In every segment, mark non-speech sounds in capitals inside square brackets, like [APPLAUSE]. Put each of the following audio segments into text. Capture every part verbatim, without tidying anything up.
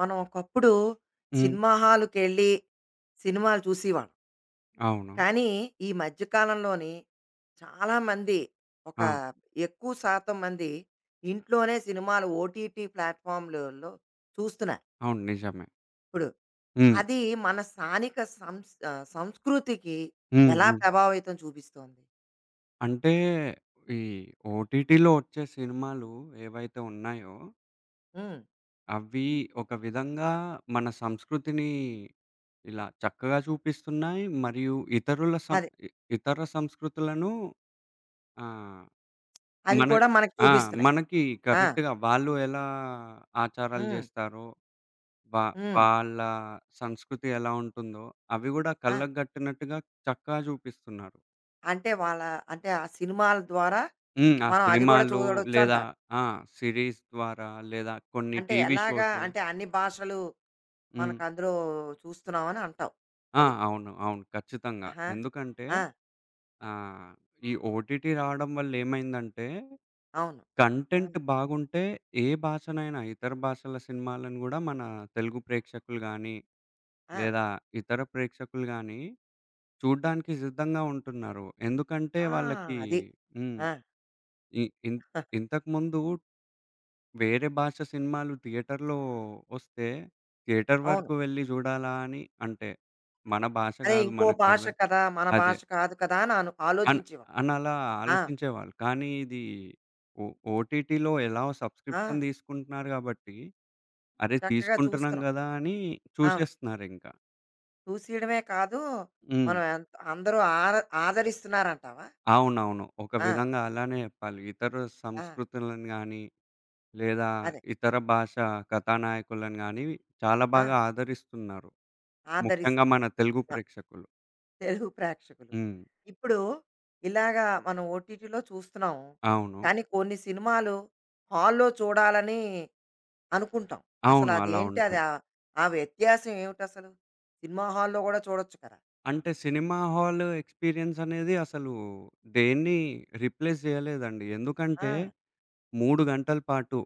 మనం ఒకప్పుడు హ్మ్. సినిమా హాల్‌కెళ్ళి సినిమాలు చూసేవాళ్ళం. అవును. కానీ, ఈ మధ్య కాలంలోని చాలామంది ఒక ఆ! ఎక్కువ శాతం మంది ఇంట్లోనే సినిమాలు ఓటీటీ ప్లాట్‌ఫామ్‌లలో చూస్తున్నారు అవును. నిజమే. ఇప్పుడు. హ్మ్. అది మన స్థానిక సంస్ ఆహ్, సంస్కృతికి హ్మ్. ఎలా హ్మ్. ప్రభావితం చూపిస్తోంది? అంటే ఈ ఓటీటీలో వచ్చే సినిమాలు ఏవైతే ఉన్నాయో, హ్మ్. అవి ఒక విధంగా మన సంస్కృతిని ఇలా చక్కగా చూపిస్తున్నాయి. మరియు ఇతరుల సం అది. ఇ ఇతర సంస్కృతులను ఆహ్, అది మన కూడా మనకు ఆ! చూపిస్తున్నాయి. మనకి ఆ! కరెక్ట్‌గా వాళ్ళు ఎలా ఆచారాలు హ్మ్. చేస్తారో, వా హ్మ్. వాళ్ళ సంస్కృతి ఎలా ఉంటుందో, అవి గూడా ఆ! కళ్ళకు గట్టినట్టుగా చక్కగా చూపిస్తున్నారు. అంటే వాళ్ళ అంటే ఆ సినిమాల ద్వారా హ్మ్. ఆ మనం అది కూడా సినిమాలు లేదా చూడొచ్చంటారు. ఆ! సిరీస్ ద్వారా లేదా కొన్ని అంటే టీవీ ఎలాగా షోస్. అంటే అన్ని భాషలు హ్మ్. మనకు అందులో చూస్తున్నామని అంటావు. ఆ! అది. అవును. అవును. ఖచ్చితంగా. ఆహా! ఎందుకంటే ఆ! ఆహ్, ఈ ఓటీటీ రావడం వల్ల ఏమైందంటే, అవును. ఆ! కంటెంట్ బాగుంటే ఏ భాషనైనా ఇతర భాషల సినిమాలను గూడా మన తెలుగు ప్రేక్షకులు గానీ, ఆ! లేదా ఇతర ప్రేక్షకులు గానీ చూడ్డానికి సిద్ధంగా ఉంటున్నారు. ఎందుకంటే ఆ! వాళ్ళకి అది. హ్మ్. ఆ! ఇ ఇన్ [LAUGHS] ఇంతకుముందు వేరే భాష సినిమాలు థియేటర్‌లో వస్తే, థియేటర్ అవును. వరకు వెళ్లి జూడాలా అని అంటే, మన భాష అదే గాదు ఇంకో భాష మనకర్థం కదా! మన అదే. భాష కాదు కదా! అని అను అన్ ఆలోచించేవారు. అనలా ఆ! ఆలోచించేవాళ్ళు. కానీ ఇది ఓ ఓటీటీలో ఎలాగో ఆ! సబ్స్క్రిప్షన్ తీసుకుంటున్నారు గాబట్టి, అరే! చక్కగా తీసుకుంటున్నాం చూస్తున్నాం. గదా! అని అవును. చూసేస్తున్నారింక. చూసియడమే కాదు, హ్మ్. మనం ఎంత అందరూ ఆర ఆదరిస్తున్నారంటావా? అవునవును. ఒక ఆ! విధంగా అలానే జెప్పాలి. ఇతర ఆ! సంస్కృతులను గానీ, లేదా అదే. ఇతర భాష కథానాయకులను గానీ చాలా ఆ! బాగా ఆదరిస్తున్నారు. ముఖ్యంగా ఆదరిస్తున్నారు. మన తెలుగు ప్రేక్షకులు. తెలుగు ప్రేక్షకులు. హ్మ్. ఇప్పుడు ఇలాగా మనం ఓటీటీలో చూస్తున్నాం. అవును. కానీ కొన్ని సినిమాలు హాల్‌లో చూడాలని అనుకుంటాం. అసలు అవును. అలా అదేంటి అది ఉంటాయి. ఆ ఆ వ్యత్యాసం ఏమిటసలు? సినిమా హాల్‌లో గూడా చూడొచ్చు కదా! అంటే సినిమా హాల్ ఎక్స్‌పీరియన్స్ అనేది అసలు దేన్ని రిప్లేస్ జేయలేదండి. ఆ! ఎందుకంటే మూడు గంటల పాటు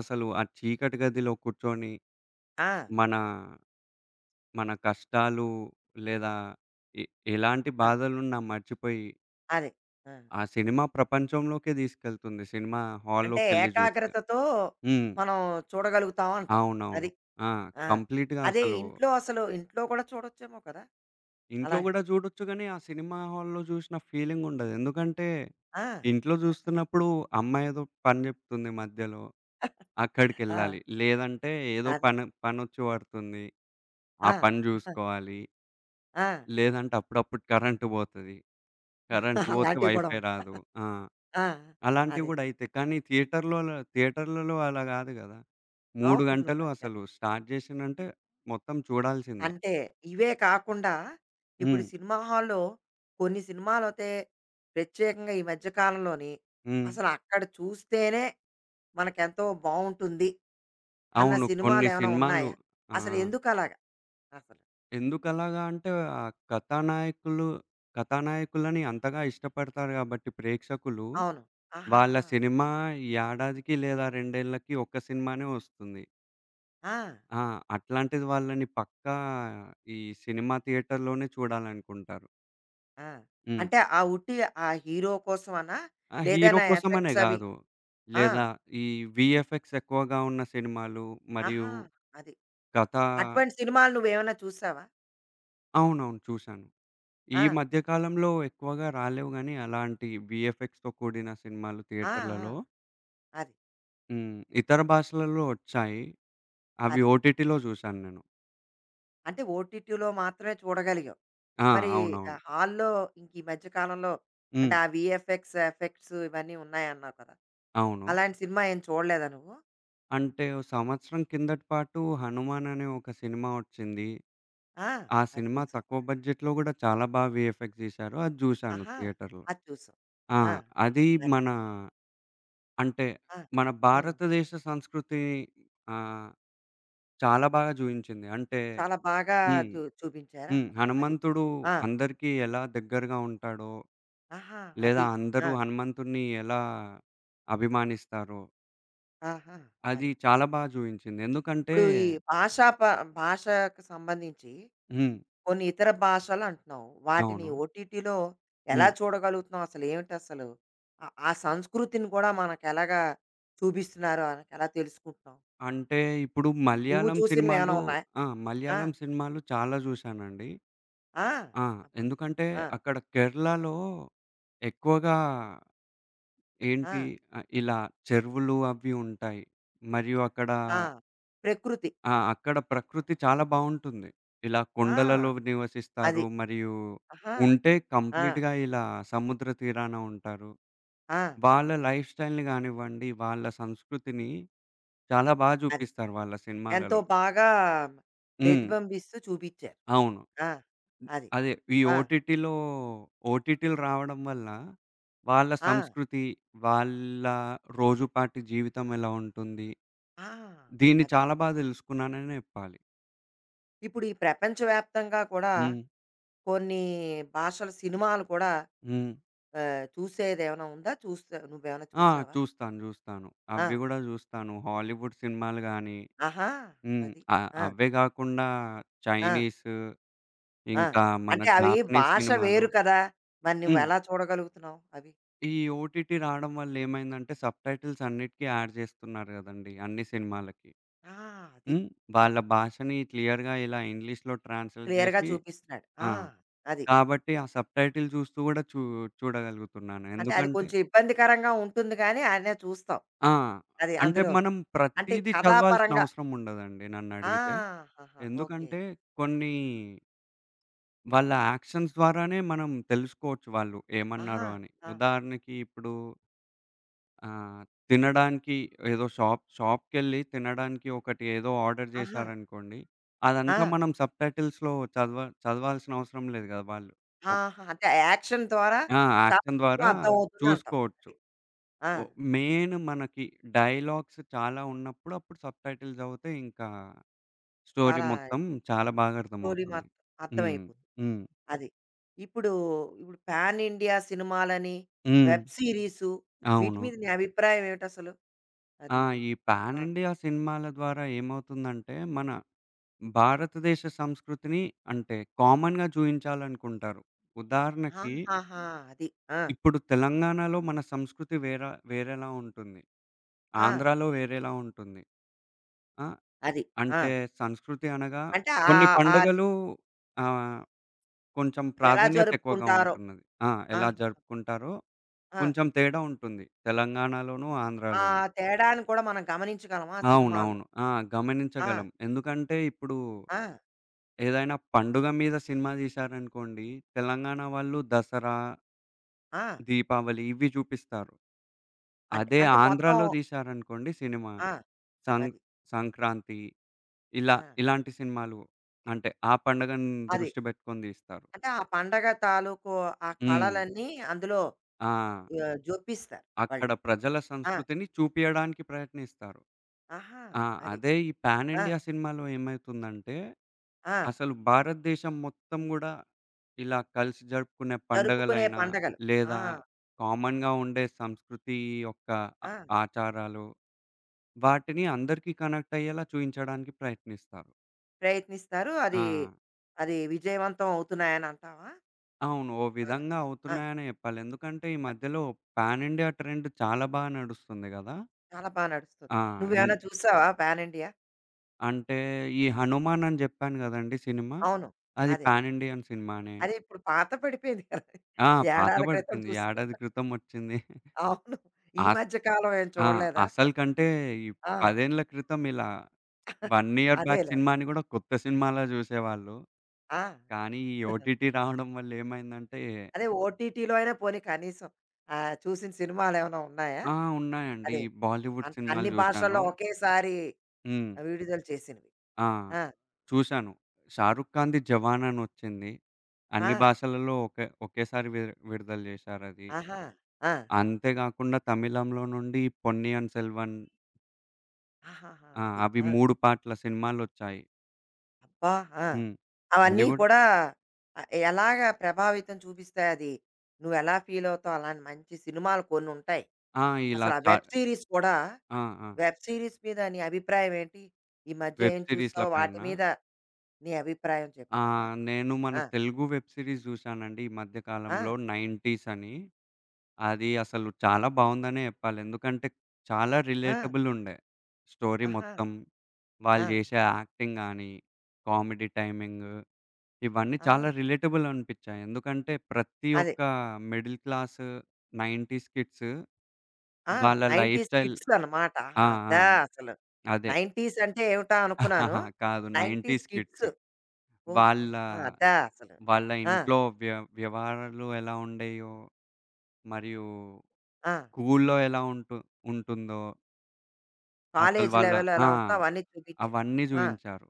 అసలు ఆ చీకటి గదిలో కూర్చొని ఆ! మన, మన కష్టాలు లేదా ఎ ఎలాంటి ఆ! బాధలున్నా మర్చిపోయి అదే. ఆ! ఆ సినిమా ప్రపంచంలోకే తీసుకెళ్తుంది, సినిమా అంటే హాల్‌లోకెళ్ళి జూస్తే. ఏకాగ్రతతో హ్మ్. మనం చూడగలుగుతాం అంటావు. అవునవును. అది. ఆ! ఆ! కంప్లీట్‌గా అదే అసలు ఇంట్లో అసలు ఇంట్లో కూడా చూడొచ్చేమో కదా! ఇంట్లో అలాగా. గూడా జూడొచ్చు గానీ, ఆ సినిమా హాల్‌లో జూసిన ఫీలింగుండదు. ఎందుకంటే, ఆ! ఇంట్లో జూస్తున్నప్పుడు అమ్మ ఏదో పని జెప్తుంది మధ్యలో, ఆ! అక్కడికెళ్ళాలి. లేదంటే ఏదో అదే. పని పనొచ్చి పడుతుంది, ఆ ఆ! పని జూసుకోవాలి. ఆ! లేదంటే అప్పుడప్పుడు కరెంటు బోతది. కరెంటు బోతే అలాంటివి కూడా వైఫై ఉంటాయి. రాదు. ఆ! ఆ! అలాంటివి అదే. గూడా అయితాయి. కానీ థియేటర్‌లోల థియేటర్లలో అలా గాదు గదా! మూడు అవును. గంటలు మరి కదా! అసలు స్టార్ట్ జేసిండంటే మొత్తం చూడాల్సిందే. అంటే ఇవే కాకుండా ఇప్పుడు హ్మ్. సినిమా హాల్‌లో కొన్ని సినిమాలైతే ప్రత్యేకంగా ఈ మధ్య కాలంలోని హ్మ్. అసలు అక్కడ చూస్తేనే మనకెంతో బావుంటుంది అన్న అవును. కొన్ని సినిమాలేమైనా సినిమాలు ఉన్నాయా? ఆ! అసలు ఎందుకలాగా అసలు? ఎందుకలాగా అంటే, ఆ కథానాయకులు కథానాయకులని అంతగా ఇష్టపడతారు గాబట్టి ప్రేక్షకులు, అవును. వాళ్ళ ఆహాహా! అది. సినిమా ఈ ఏడాదికి లేదా రెండు ఏళ్ళకి ఒక్క సినిమానే వస్తుంది. ఆ! ఆ! అట్లాంటిది వాళ్ళని పక్కా ఈ సినిమా థియేటర్‌లోనే చూడాలనుకుంటారు. ఆ! హ్మ్. అంటే ఆ ఉట్టి ఆ హీరో కోసమనా? ఆ హీరో లేదన్నా కోసమనే ఎఫెక్ట్స్ అవి గాదు. ఆ! లేదా ఈ వీఎఫ్ఎక్స్ ఎక్కువగా ఉన్న సినిమాలు మరియు ఆహా! అది. కథ. అటువంటి సినిమాలు నువ్వేమైనా చూసావా? అవునవును. చూశాను. ఈ ఆ! మధ్య కాలంలో ఎక్కువగా రాలేవు గానీ, అలాంటి వీఎఫ్ఎక్స్‌తో కూడిన సినిమాలు ఆ! ఆ! థియేటర్లలో. అది. హ్మ్. ఇతర భాషలలో వచ్చాయి. అవి అదే. ఓటీటీలో చూశాను నేను. అంటే ఓటీటీలో మాత్రమే చూడగలిగాం. ఆ! మరి అవునవును. ఆహ్, హాల్లో ఇంక ఈ మధ్య కాలంలో హ్మ్. అంటే ఆ వీఎఫ్ఎక్స్ ఎఫెక్ట్స్ ఇవన్నీ ఉన్నాయన్నావు కదా! అవును. అలాంటి సినిమా ఏం చూడలేదా నువ్వు? అంటే ఓ సంవత్సరం కిందటి పాటు 'హనుమాన్' అనే ఒక సినిమా వచ్చింది. ఆ! ఆ అది సినిమా చూసావు. తక్కువ బడ్జెట్‌లో గూడా చాలా బా వీఎఫ్ఎక్స్ తీశారు. అది చూశాను ఆహా! థియేటర్‌లో. అది చూసావు. ఆ! ఆ! అది అది. మన అంటే ఆ! మన హ్మ్. భారతదేశ సంస్కృతిని ఆహ్, చాలా బాగా చూయించింది. అంటే చాలా బాగా హ్మ్. చూ హ్మ్. చూపించారంటావు. అది. హనుమంతుడు ఆ! అందరికీ ఎలా దగ్గరగా ఉంటాడో, ఆహా! లేదా అది. అందరూ ఆ! హనుమంతుడిని ఎలా అభిమానిస్తారో, ఆహా! అది అది. చాలా బాగా చూయించింది. ఎందుకంటే ఇప్పుడు ఈ భాషా ప భాషకు సంబంధించి హ్మ్. కొన్ని ఇతర భాషలంటున్నావు. వాటిని అవును. ఓటీటీలో ఎలా హ్మ్. చూడగలుగుతున్నాం? అసలు ఏమిటసలు? ఆ ఆ సంస్కృతిని కూడా మనకెలాగా చూపిస్తున్నారో మనకెలా తెలుసుకుంటున్నాం? అంటే ఇప్పుడు నువ్వు మలయాళం చూసినవేమైనా సినిమాలు. ఉన్నాయా? ఆ! ఆ! మలయాళం సినిమాలు చాలా చూశానండి. ఆ! ఆ! అబ్బా! ఎందుకంటే ఆ! అక్కడ కేరళలో ఎక్కువగా ఆ! ఏంటి ఆహ్, ఇలా చెరువులు అవి ఉంటాయి. మరియు అక్కడ ఆ! ప్రకృతి. ఆ! అక్కడ ప్రకృతి చాలా బావుంటుంది. ఇలా ఆ! కొండలలో నివసిస్తారు. అది. మరియు ఆహా! ఉంటే ఆ! కంప్లీట్‌గా ఇలా సముద్ర తీరాన ఉంటారు. ఆ! వాళ్ళ లైఫ్ స్టైల్‌ని గానివ్వండి, వాళ్ళ సంస్కృతిని చాలా బా అది. జూపిస్తారు వాళ్ళ ఎంతో సినిమాలలో. బాగా హ్మ్. ప్రతిబింబిస్తూ చూపిచ్చారు. అవును. ఆ! అది. అదే ఈ ఆ! ఓటీటీలో ఓటీటీలు రావడం వల్ల వాళ్ళ ఆ! సంస్కృతి, వాళ్ళ రోజుపాటి జీవితం ఎలా ఉంటుంది? ఆ! దీన్ని అది. చాలా బా దెలుసుకున్నాననే జెప్పాలి. ఇప్పుడు ఈ ప్రపంచవ్యాప్తంగా కూడా హ్మ్. కొన్ని భాషల సినిమాలు కూడా హ్మ్. ఆహ్, చూసేదేమైనా ఉందా? చూస్తా నువ్వేమైనా ఆ! చూసావా? చూస్తాను. జూస్తాను. ఆ! అవి గూడా జూస్తాను. హాలీవుడ్ సినిమాలు గానీ ఆహా! హ్మ్. అది. అ ఆ! అవే గాకుండా ఆ! చైనీస్, ఆ! ఇంకా మన అంటే అవి జాపనీస్ భాష సినిమాలు. వేరు కదా! మరి హ్మ్. నువ్వెలా చూడగలుగుతున్నావు అవి? ఈ ఓటీటీ రావడం వల్ల ఏమైందంటే సబ్‌టైటిల్స్ అన్నిటికి యాడ్ జేస్తున్నారు గదండీ! అన్ని సినిమాలకి. ఆ! అది. హ్మ్. ఆ! వాళ్ళ భాషని క్లియర్‌గా ఇలా ఇంగ్లీష్‌లో ట్రాన్స్‌లేట్ క్లియర్‌గా జేసి చూపిస్తున్నాడు. ఆ! ఆ! అది. కాబట్టి ఆ సబ్‌టైటిల్ చూస్తూ గూడా చూ చూడగలుగుతున్నాను. అంటే అది ఎందుకంటే కొంచెం ఇబ్బందికరంగా ఉంటుంది గానీ, అయినా చూస్తావు. ఆ! అది అంటే అందులో. మనం అంటే ప్రతీదీ చదవాల్సిన కథాపరంగా అవసరం ఉండదండి ఆ! నన్నడిగితే. ఆహాహా! ఓకే. ఎందుకంటే కొన్ని వాళ్ళ యాక్షన్స్ ద్వారానే మనం తెలుసుకోవచ్చు వాళ్ళు ఆహా! ఏమన్నారో అని. ఆ! ఉదాహరణకి ఇప్పుడు ఆహ్, తినడానికి ఏదో షాప్ షాప్‌కెళ్ళి తినడానికి ఒకటి ఏదో ఆర్డర్ ఆహా! చేశారనుకోండి. అదంతా ఆ! మనం సబ్‌టైటిల్స్‌లో చదవ చదవాల్సిన అవసరం లేదు కదా! వాళ్ళు. ఒక్ ఆహా! అంటే యాక్షన్ ద్వారా ఆ! చాలా యాక్షన్ మటుకు ద్వారా అర్థమవుతుందంటావు. చూసుకోవచ్చు. అది. ఆ! ఒ మెయిన్ మనకి డైలాగ్స్ చాలా ఉన్నప్పుడు అప్పుడు సబ్‌టైటిల్స్ చదివితే ఇంకా స్టోరీ చాలా మొత్తం చాలా బాగా స్టోరీ అర్థమవుతుంది. మాత్రం హ్మ్. అర్థమైపోతుంది. హ్మ్. అది. ఇప్పుడు, ఇప్పుడు పాన్ ఇండియా సినిమాలని, హ్మ్. వెబ్ సీరీసు వీటి అవును. మీద నీ అభిప్రాయం ఏమిటసలు? ఆ! అది. ఈ పాన్ ఆ! ఇండియా సినిమాల ద్వారా ఏమవుతుందంటే, మన భారతదేశ సంస్కృతిని అంటే కామన్‌గా చూయించాలనుకుంటారు. ఉదాహరణకి ఆహాహా! అది. ఆ! ఇప్పుడు తెలంగాణలో మన సంస్కృతి వేర వేరేలా ఉంటుంది. ఆ! ఆంధ్రాలో వేరేలా ఉంటుంది. ఆ! అది. ఆ! అంటే సంస్కృతి అనగా అంటే కొన్ని ఆహ్, ఆహ్, పండుగలు ఆహ్, కొంచెం ఎలా ప్రాధాన్యత ఎక్కువగా జరుపుకుంటారో. ఉంటున్నది. ఆ! ఎలా ఆహా! జరుపుకుంటారో ఆ! కొంచెం తేడా ఉంటుంది. తెలంగాణలోను, ఆ ఆంధ్రాలోను. తేడాను కూడా మనం గమనించగలమా ఆ సినిమాల్లో? అవునవును. ఆ! ఆ! గమనించగలం. ఎందుకంటే, ఇప్పుడు ఆ! ఏదైనా పండుగ మీద సినిమా తీశారనుకోండి, తెలంగాణ వాళ్ళు దసరా, ఆ! దీపావళి ఇవి చూపిస్తారు. అంటే, అదే అంటే మొత్తం ఆంధ్రాలో తీశారనుకోండి సినిమా, ఆ! సం అది. సంక్రాంతి ఇలా ఆ! ఇలాంటి సినిమాలు అంటే, ఆ పండుగను అది. దృష్టి పెట్టుకొని తీస్తారు. అంటే ఆ పండగ తాలూకు ఆ హ్మ్. కళలన్నీ అందులో ఆ! ఆహ్, జొప్పిస్తారు అక్కడ వాళ్ళు. ప్రజల ఆ! సంస్కృతిని చూపియడానికి ప్రయత్నిస్తారు. ఆహా! ఆ! అది. అదే ఈ పాన్ ఆ! ఇండియా సినిమాలో ఏమైతుందంటే ఆ! అసలు భారతదేశం మొత్తం గూడా ఇలా కలిసి జరుపుకునే జరుపుకునే పండగలైనా, పండగలు. ఆ! లేదా కామన్‌గా ఉండే సంస్కృతి యొక్క ఆ ఆ! ఆచారాలు, వాటిని అందరికీ కనెక్ట్ అయ్యేలా చూయించడానికి ప్రయత్నిస్తారు. ప్రయత్నిస్తారు. ఆ! అది, అది విజయవంతం అవుతున్నాయని అంటావా? అవును. ఓ బాగా. విధంగా ఆ! అవుతున్నాయనే జెప్పాలి. ఎందుకంటే ఈ మధ్యలో పాన్ ఇండియా ట్రెండ్ చాలా బా నడుస్తుంది గదా! చాలా బా నడుస్తుంది. ఆ! ఇన్ నువ్వేమైనా చూసావా పాన్ ఇండియా? అంటే ఈ 'హనుమాన్' అని జెప్పాను గదండీ సినిమా. అవును. అది అదే. పాన్ ఇండియన్ సినిమానే. అదే ఇప్పుడు పాత పడిపోయింది కదా! ఆ పాత ఏడాది క్రితం బడిపోయింది. ఏడాది చూసాను. క్రితం ఒచ్చింది. అవును. ఈ ఆ మధ్య కాలం ఏం ఆ! చూడలేదా? అసలుకంటే ఈ ఆ! పది ఏళ్ల క్రితం ఇలా ఒక ఇయర్ బ్యాక్ అదేలే. అదే. సినిమాని గూడా కొత్త సినిమాలా జూసేవాళ్ళు. ఆ! కానీ ఈ ఓటీటీ రావడం వల్ల ఏమైందంటే అదే ఓటీటీలో అయినా పోనీ కనీసం ఆహ్, చూసిన సినిమాలేమైనా ఉన్నాయా? ఆ! ఉన్నాయండి. అదే. ఈ బాలీవుడ్ అన్ సినిమాలు అన్ని భాషల్లో జూశాను. ఒకేసారి హ్మ్. విడుదల చేసినవి. ఆ! ఆ! చూశాను. 'షారుఖ్ ఖాన్‌ది 'జవాన్' అనొచ్చింది. ఆ! అన్ని భాషలలో ఒకే ఒకేసారి వి విడుదల జేశారది. ఆహా! ఆ! అంతే గాకుండా తమిళంలో నుండి 'పొన్నియిన్ సెల్వన్'. ఆహాహా! ఆ! అది. అవి ఆ! మూడు పాటల సినిమాలొచ్చాయి. అబ్బా! ఆ! హ్మ్. అది అవన్నీ గూడా కూడా ఆహ్, ఎలాగా ప్రభావితం చూపిస్తాయి అది? నువ్వెలా ఫీలవుతావు? అలాంటి మంచి సినిమాలు కొన్నుంటాయి. ఆ! ఇలా అసలు ఆ చా వెబ్ సీరీస్ కూడా ఆ! ఆ! వెబ్ సీరీస్ మీద నీ అభిప్రాయం ఏంటి? ఈ మధ్య వెబ్ ఏం సీరీస్‌ల చూసావు? వాటి పైనా? మీద నీ అభిప్రాయం ఆ! చెప్తావా? నేను మన ఆ! తెలుగు వెబ్ సీరీస్ జూశానండి ఈ మధ్య ఆ! కాలంలో 'నైన్‌టీస్' అని. అది అసలు చాలా బావుందనే జెప్పాలి. ఎందుకంటే చాలా ఆ! రిలేటబుల్ ఉండే. స్టోరీ ఆహా! మొత్తం, ఆ! వాళ్ళు జేసే యాక్టింగ్ గాని, కామెడీ టైమింగ్ ఇవన్నీ ఆ! చాలా రిలేటబుల్ అనిపిచ్చాయి. ఎందుకంటే ప్రతి అది. ఒక్క మిడిల్ క్లాస్ 90స్ కిడ్స్ ఆ! వాళ్ళ లైఫ్ తొంభైస్ స్టైల్. కిడ్స్ అన్నమాట. ఆహా! ఆ! ఆ! అదా అసలు. అదే. తొంభైస్ అంటే ఏమిటా అనుకున్నాను. [LAUGHS] కాదు తొంభైస్ 90స్ కిడ్స్. కిడ్స్. ఓకే. వాళ్ళ ఆహా! అదా అసలు. వాళ్ళ ఆ! ఇంట్లో వ్య వ్యవహారాలు ఎలా ఉండేయో, మరియు ఆ! స్కూల్లో ఎలా ఉంటు ఉంటుందో, అసలు కాలేజ్ వాళ్ళ లెవెల్ ఎలా ఆ! ఉంటుందో అవన్నీ చూపించారు. అవన్నీ ఆ! జూయించారు.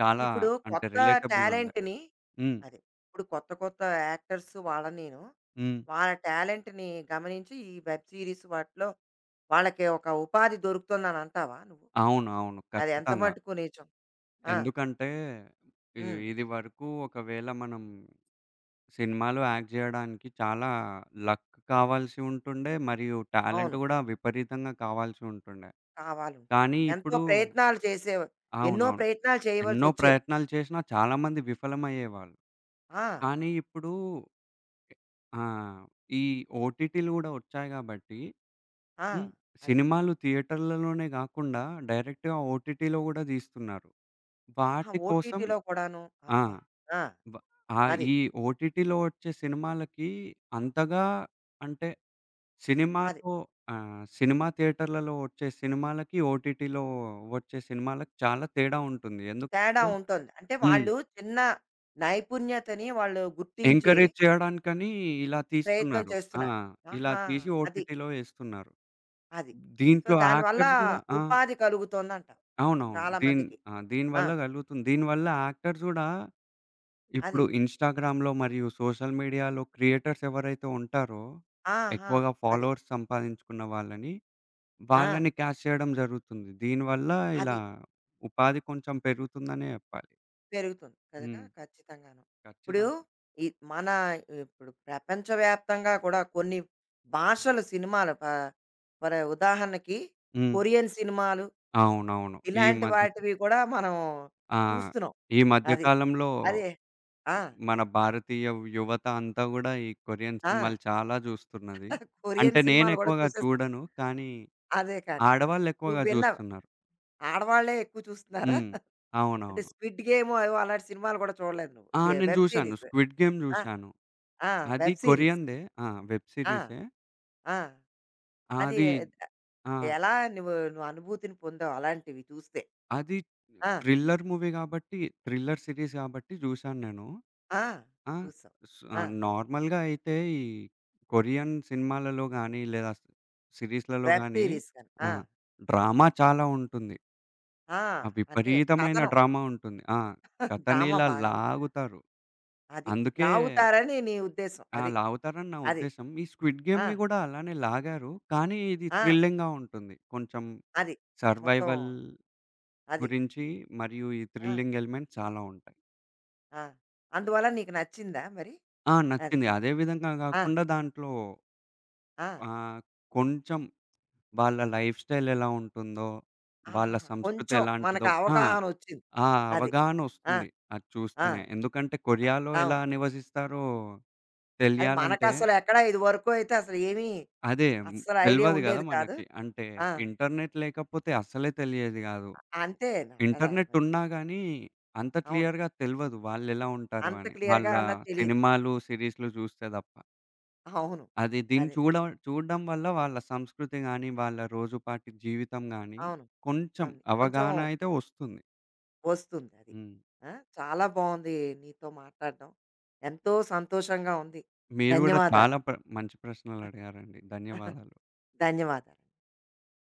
చాలా ఇప్పుడు అంటే కొత్త రిలేటబుల్ ఉండే. టాలెంట్‌ని హ్మ్. అది. ఇప్పుడు కొత్త కొత్త యాక్టర్స్ వాళ్ళనీను, హ్మ్. వాళ్ళ టాలెంట్‌ని గమనించి ఈ వెబ్ సీరీస్ వాటిలో వాళ్ళకి ఒక ఉపాధి దొరుకుతుందని అంటావా నువ్వు? అవును. అవును. అది ఎంత ఖచ్చితంగా. మటుకు నిజం? ఆ! ఎందుకంటే, ఇ హ్మ్. ఇది వరకు ఒకవేళ మనం సినిమాలో యాక్ట్ జేయడానికి చాలా లక్ కావాల్సి ఉంటుండే, మరియు టాలెంట్ అవును. గూడా విపరీతంగా కావాల్సి ఉంటుండే. కావాలి ఉంచాడు. కానీ ఎంతో ఇప్పుడు ప్రయత్నాలు చేసే ఎన్నో అవునవును. ప్రయత్నాలు చేయవలసి ఎన్నో వచ్చేది. ప్రయత్నాలు చేసినా చాలామంది విఫలమయ్యేవాళ్ళు. ఆ! కానీ ఇప్పుడు ఆహ్, ఈ ఓటీటీలు గూడా వచ్చాయి గాబట్టి ఆ! హ్మ్. అది. సినిమాలు థియేటర్లలోనే గాకుండా డైరెక్ట్‌గా ఓటీటీలో గూడా దీస్తున్నారు. ఆ! వాటి కోసం ఓటీటీలో కూడాను. ఆ! అబ్బా! ఆ! వ ఆ అది. ఈ ఓటీటీలో వచ్చే సినిమాలకి అంతగా అంటే అది. సినిమాలో ఆహ్, సినిమా థియేటర్లలో వచ్చే సినిమాలకి, ఓటీటీలో వచ్చే సినిమాలకి చాలా తేడా ఉంటుంది. తేడా ఎందుకంటే ఉంటుంది. అంటే హ్మ్. వాళ్ళు చిన్న నైపుణ్యతని వాళ్ళు గుర్తించి ఎంకరేజ్ చేయడానికని ఇలా ప్రయత్నం తీస్తున్నారు. ఆ! చేస్తున్నారు. ఇలా ఆహా! తీసి అది. ఓటీటీలో ఏస్తున్నారు. అది. సో, దీంట్లో దానివల్ల యాక్టర్స్ గూడా ఆ! ఉపాధి కలుగుతోందంటావు. అవునవును. చాలా దీన్ మందికి. ఆ! ఆ! దీనివల్ల గలుగుతుంది. దీనివల్ల యాక్టర్స్ గూడా ఇప్పుడు అది. ఇన్‌స్టాగ్రామ్‌లో మరియు సోషల్ మీడియాలో క్రియేటర్స్ ఎవరైతే ఉంటారో, ఆహా! ఎక్కువగా అది. ఫాలోవర్స్ సంపాదించుకున్న వాళ్ళని, ఆ! వాళ్ళని క్యాచ్ చేయడం జరుగుతుంది. దీనివల్ల ఇలా అది. ఉపాధి కొంచెం పెరుగుతుందనే జెప్పాలి. పెరుగుతుంది కదా హ్మ్. ఖచ్చితంగాను. ఇప్పుడు ఖచ్చితంగా. ఈ మన ఇప్పుడు ప్రపంచవ్యాప్తంగా కూడా కొన్ని భాషలు సినిమాలు ప ఫర్ ఉదాహరణకి హ్మ్. కొరియన్ సినిమాలు అవునవును. ఈ ఇలాంటి మధ్య వాటివి కూడా మనం ఆ! చూస్తున్నాం. ఈ మధ్య అది. కాలంలో అదే. ఆ! మన భారతీయ యువత అంతా గూడా ఈ కొరియన్ ఆ! సినిమాలు చాలా జూస్తున్నది. కొరియన్ అంటే సినిమాలు కూడా నేనెక్కువగా చూసేస్తున్నాం. చూడను. కానీ అదే కానీ. నువ్వు ఆడవాళ్ళెక్కువగా విన్నావు. జూస్తున్నారు. ఆడవాళ్ళే ఎక్కువ చూస్తున్నారా? హ్మ్. అంటే అవునవును. 'స్క్విడ్ గేమ్' ఏవో అలాంటి సినిమాలు కూడా చూడలేదు నువ్వు. ఆ! వె నేను వెబ్ జూశాను. సీరీస్. 'స్క్విడ్ గేమ్' ఆ! జూశాను. ఆ! అది వెబ్ సీరీస్. కొరియన్‌దే. ఆ! వెబ్ ఆ! సీరీసే. ఆ! అది అది ఎ- ఆ! ఎలా నువ్వు నువ్వు అనుభూతిని పొందావు అలాంటివి చూస్తే? అది ఆ! థ్రిల్లర్ మూవీ గాబట్టి థ్రిల్లర్ సీరీస్ గాబట్టి జూశాను నేను. ఆ! ఆ! చూసావు. స్ ఆ! ఆహ్, నార్మల్‌గా అయితే ఈ కొరియన్ సినిమాలలో గానీ, లేదా స్ సిరీస్‌లలో వెబ్ గానీ సీరీస్ గాని. ఆ! ఆ! డ్రామా చాలా ఉంటుంది. ఆ! ఆ అంటే విపరీతమైన కథనం డ్రామా ఉంటుంది. ఆ! కథని డ్రామా ఇలా బాగా ఉంటది. లాగుతారు. అది. అందుకే లాగుతారని నీ ఉద్దేశ్యం. ఆ! అది. లాగుతారని నా అది. ఉద్దేశ్యం. ఈ 'స్క్విడ్ ఆ! గేమ్‌ని' గూడా అలానే లాగారు. కానీ ఇది ఆ! థ్రిల్లింగ్‌గా ఉంటుంది. కొంచెం అది. మొత్తం సర్వైవల్ అది. గురించి మరియు ఈ ఆ! థ్రిల్లింగ్ ఎలిమెంట్స్ చాలా ఉంటాయి. ఆ! అందువల్ల నీకు నచ్చిందా మరి? ఆ! అది. నచ్చింది. అదే విధంగా ఆ! గాకుండా దాంట్లో ఆ! ఆహ్, కొంచెం వాళ్ళ లైఫ్ స్టైల్ ఎలా ఉంటుందో, వాళ్ళ ఆహాహా! సంస్కృతి కొంచెం ఎలాంటిదో మనకు ఆ! అవగాహనొచ్చింది. ఆ అది. ఆ! అవగాహనొస్తుంది అది ఆ! చూస్తేనే. ఎందుకంటే కొరియాలో ఎలా అవును. నివసిస్తారో అది తెలియాలంటే మనకసలు ఎక్కడ ఇదివరకు అయితే అసలు ఏమీ అదే హ్మ్. అస్సలు ఐడియా తెలవదు గదా! ఉండేది కాదు. మనకి. అంటే ఆ! ఇంటర్నెట్ లేకపోతే అస్సలే తెలియేది గాదు. అంతే నా కదా! ఇంటర్నెట్ మరి. ఉన్నా గానీ అంత అవును. క్లియర్‌గా తెలవదు వాళ్ళెలా ఉంటారు అంత అని. వాళ్ళ క్లియర్‌గా అన్నది తెలీదు. సినిమాలు, సీరీస్‌లు చూస్తే తప్ప. అవును. అది దీన్ని అదే. చూడ చూడడం వల్ల వాళ్ళ సంస్కృతి గాని, వాళ్ళ రోజుపాటి జీవితం గాని, అవును. కొంచెం అవును. కొంచెం అవగాహన అయితే వస్తుంది. వస్తుంది అది. హ్మ్. ఆ! చాలా బావుంది నీతో మాట్లాడడం. ఎంతో సంతోషంగా ఉంది. మీరు గూడా ధన్యవాదాలు. చాలా ప్ర మంచి ప్రశ్నలడిగారండి. [LAUGHS] ధన్యవాదాలు. ధన్యవాదాలు.